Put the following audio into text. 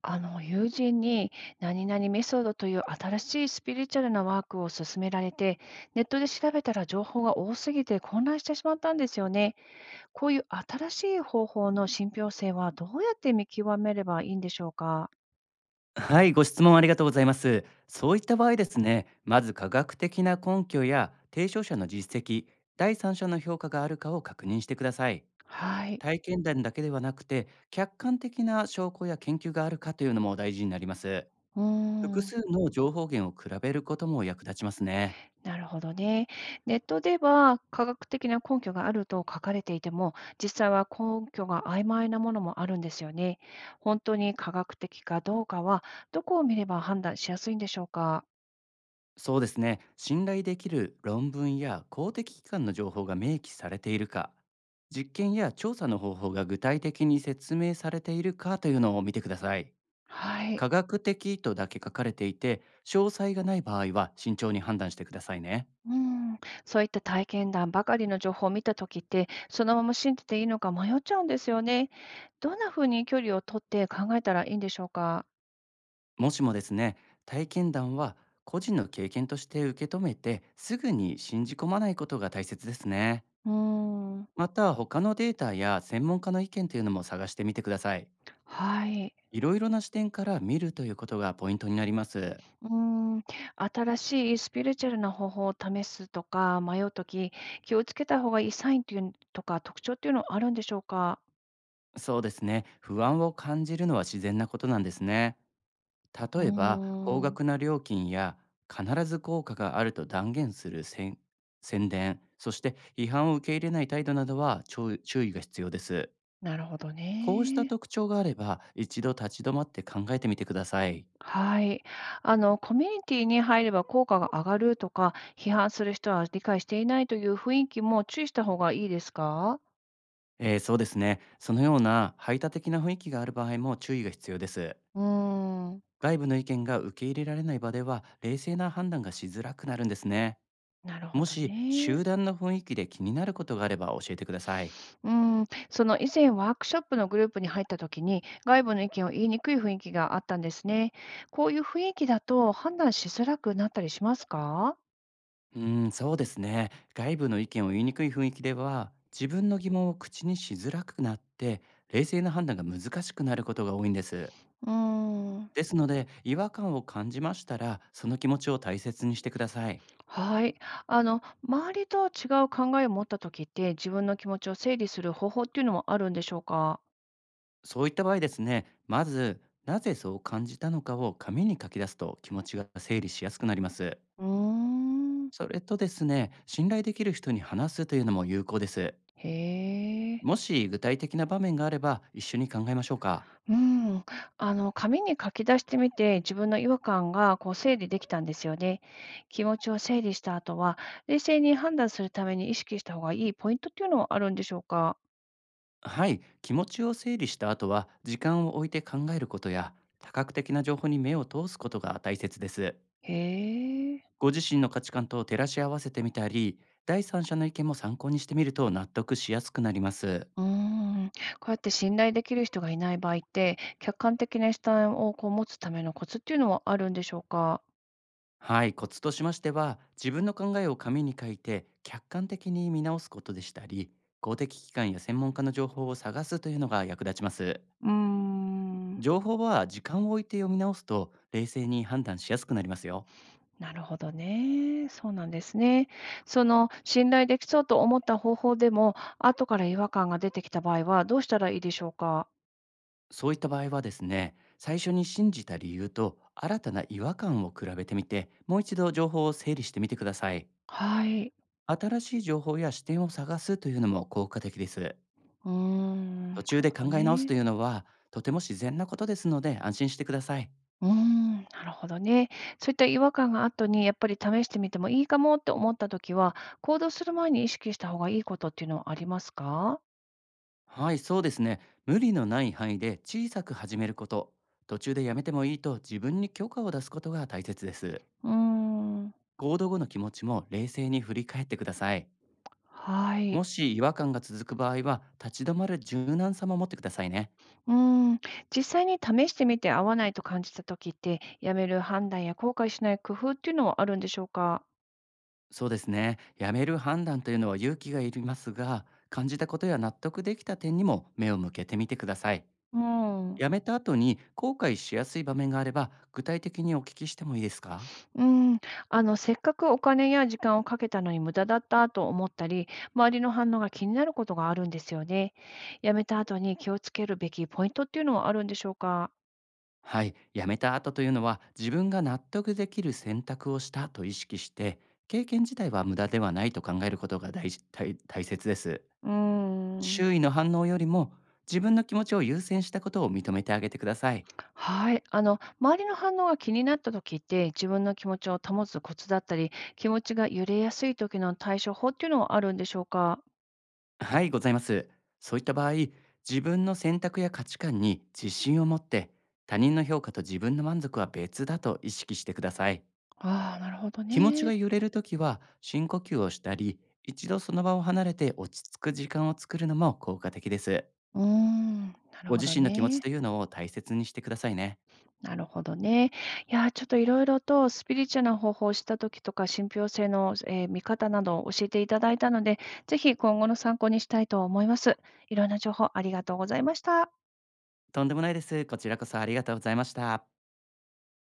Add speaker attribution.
Speaker 1: あの友人に何々メソッドという新しいスピリチュアルなワークを勧められて、ネットで調べたら情報が多すぎて混乱してしまったんですよね。こういう新しい方法の信憑性はどうやって見極めればいいんでしょうか。
Speaker 2: はい、ご質問ありがとうございます。そういった場合ですね、まず科学的な根拠や提唱者の実績、第三者の評価があるかを確認してください。
Speaker 1: はい。
Speaker 2: 体験談だけではなくて、客観的な証拠や研究があるかというのも大事になります。
Speaker 1: うー
Speaker 2: 複
Speaker 1: ん。
Speaker 2: 数の情報源を比べることも役立ちますね。
Speaker 1: なるほどね。ネットでは科学的な根拠があると書かれていても、実際は根拠が曖昧なものもあるんですよね。本当に科学的かどうかは、どこを見れば判断しやすいんでしょうか。
Speaker 2: そうですね、信頼できる論文や公的機関の情報が明記されているか、実験や調査の方法が具体的に説明されているかというのを見てください。
Speaker 1: はい。
Speaker 2: 科学的とだけ書かれていて、詳細がない場合は慎重に判断してくださいね。
Speaker 1: うん、そういった体験談ばかりの情報を見たときって、そのまま信じていいのか迷っちゃうんですよね。どんなふうに距離を取って考えたらいいんでしょうか。
Speaker 2: もしもですね、体験談は個人の経験として受け止めて、すぐに信じ込まないことが大切ですね。
Speaker 1: うーん、
Speaker 2: また、他のデータや専門家の意見というのも探してみてください。
Speaker 1: はい。
Speaker 2: いろいろな視点から見るということがポイントになります。
Speaker 1: うーん、新しいスピリチュアルな方法を試すとか迷うとき、気をつけた方がいいサインというとか特徴っていうのはあるんでしょうか。
Speaker 2: そうですね、不安を感じるのは自然なことなんですね。
Speaker 1: う
Speaker 2: 例えば高
Speaker 1: ーん、
Speaker 2: 額な料金や必ず効果があると断言する宣伝そして批判を受け入れない態度などは注意が必要です。
Speaker 1: なるほど
Speaker 2: こうした
Speaker 1: ね。
Speaker 2: 特徴があれば一度立ち止まって考えてみてください。
Speaker 1: はい。あの、コミュニティに入れば効果が上がるとか、批判する人は理解していないという雰囲気も注意した方がいいですか？
Speaker 2: そうですね、そのような排他的な雰囲気がある場合も注意が必要です。
Speaker 1: うーん。
Speaker 2: 外部の意見が受け入れられない場では冷静な判断がしづらくなるんですね。
Speaker 1: なるほ
Speaker 2: も
Speaker 1: ど
Speaker 2: し
Speaker 1: ね。
Speaker 2: 集団の雰囲気で気になることがあれば教えてください。
Speaker 1: うん。その以前ワークショップのグループに入った時に、外部の意見を言いにくい雰囲気があったんですね。こういう雰囲気だと判断しづらくなったりしますか？
Speaker 2: うーん、そうですね。外部の意見を言いにくい雰囲気では、自分の疑問を口にしづらくなって、冷静な判断が難しくなることが多いんです。
Speaker 1: うーん。
Speaker 2: ですので、違和感を感じましたら、その気持ちを大切にしてください。
Speaker 1: はい。あの、周りと違う考えを持った時って、自分の気持ちを整理する方法っていうのもあるんでしょうか？
Speaker 2: そういった場合ですね、まず、なぜそう感じたのかを紙に書き出すと気持ちが整理しやすくなります。
Speaker 1: うーん、
Speaker 2: それとですね、信頼できる人に話すというのも有効です。
Speaker 1: へえ。
Speaker 2: もし具体的な場面があれば、一緒に考えましょうか。
Speaker 1: うん、あの、紙に書き出してみて、自分の違和感がこう整理できたんですよね。気持ちを整理した後は、冷静に判断するために意識した方がいいポイントっていうのはあるんでしょうか？
Speaker 2: はい、気持ちを整理した後は時間を置いて考えることや多角的な情報に目を通すことが大切です。
Speaker 1: へえ。
Speaker 2: ご自身の価値観と照らし合わせてみたり、第三者の意見も参考にしてみると納得しやすくなります。
Speaker 1: うーん、こうやって信頼できる人がいない場合って、客観的な視点をこう持つためのコツっていうのはあるんでしょうか？
Speaker 2: はい、コツとしましては、自分の考えを紙に書いて客観的に見直すことでしたり、公的機関や専門家の情報を探すというのが役立ちます。
Speaker 1: うーん。
Speaker 2: 情報は時間を置いて読み直すと冷静に判断しやすくなりますよ。
Speaker 1: なるほどね。そうなんですね。その信頼できそうと思った方法でも、後から違和感が出てきた場合はどうしたらいいでしょうか？
Speaker 2: そういった場合はですね、最初に信じた理由と新たな違和感を比べてみて、もう一度情報を整理してみてください。
Speaker 1: はい。
Speaker 2: 新しい情報や視点を探すというのも効果的です。
Speaker 1: うーん、な
Speaker 2: 途
Speaker 1: る
Speaker 2: 中で
Speaker 1: ほ
Speaker 2: 考
Speaker 1: ど
Speaker 2: え直すと
Speaker 1: ね。
Speaker 2: いうのは、とても自然なことですので安心してください。
Speaker 1: うーん、なるほどね。そういった違和感が後にやっぱり試してみてもいいかもって思った時は、行動する前に意識した方がいいことっていうのはありますか？
Speaker 2: はい、そうですね。無理のない範囲で小さく始めること。途中でやめてもいいと自分に許可を出すことが大切です。
Speaker 1: うーん、
Speaker 2: 行動後の気持ちも冷静に振り返ってください。
Speaker 1: はい。
Speaker 2: もし違和感が続く場合は、立ち止まる柔軟さも持ってくださいね。
Speaker 1: うーん、実際に試してみて合わないと感じた時って、やめる判断や後悔しない工夫っていうのはあるんでしょうか？
Speaker 2: そうですね。やめる判断というのは勇気がいりますが、感じたことや納得できた点にも目を向けてみてください。
Speaker 1: うん。
Speaker 2: やめた後に後悔しやすい場面があれば、具体的にお聞きしてもいいですか。
Speaker 1: うん、あの、せっかくお金や時間をかけたのに無駄だったと思ったり、周りの反応が気になることがあるんですよね。やめた後に気をつけるべきポイントっていうのはあるんでしょうか？
Speaker 2: はい。やめた後というのは、自分が納得できる選択をしたと意識して、経験自体は無駄ではないと考えることが大事大大切です。
Speaker 1: うーん。
Speaker 2: 周囲の反応よりも自分の気持ちを優先したことを認めてあげてください。
Speaker 1: はい。あの、周りの反応が気になった時って、自分の気持ちを保つコツだったり、気持ちが揺れやすい時の対処法っていうのはあるんでしょうか？
Speaker 2: はい、ございます。そういった場合、自分の選択や価値観に自信を持って、他人の評価と自分の満足は別だと意識してください。
Speaker 1: ああ、なるほど
Speaker 2: 気持ち
Speaker 1: ね。
Speaker 2: が揺れるときは深呼吸をしたり、一度その場を離れて落ち着く時間を作るのも効果的です。
Speaker 1: うーん、なる
Speaker 2: ご
Speaker 1: ほ
Speaker 2: 自
Speaker 1: ど
Speaker 2: 身の気持ち
Speaker 1: ね。
Speaker 2: というのを大切にしてくださいね。
Speaker 1: なるほどね。いやー、ちょっといろいろとスピリチュアルな方法を知った時とか、信憑性の、見方などを教えていただいたので、ぜひ今後の参考にしたいと思います。いろんな情報ありがとうございました。
Speaker 2: とんでもないです。こちらこそありがとうございました。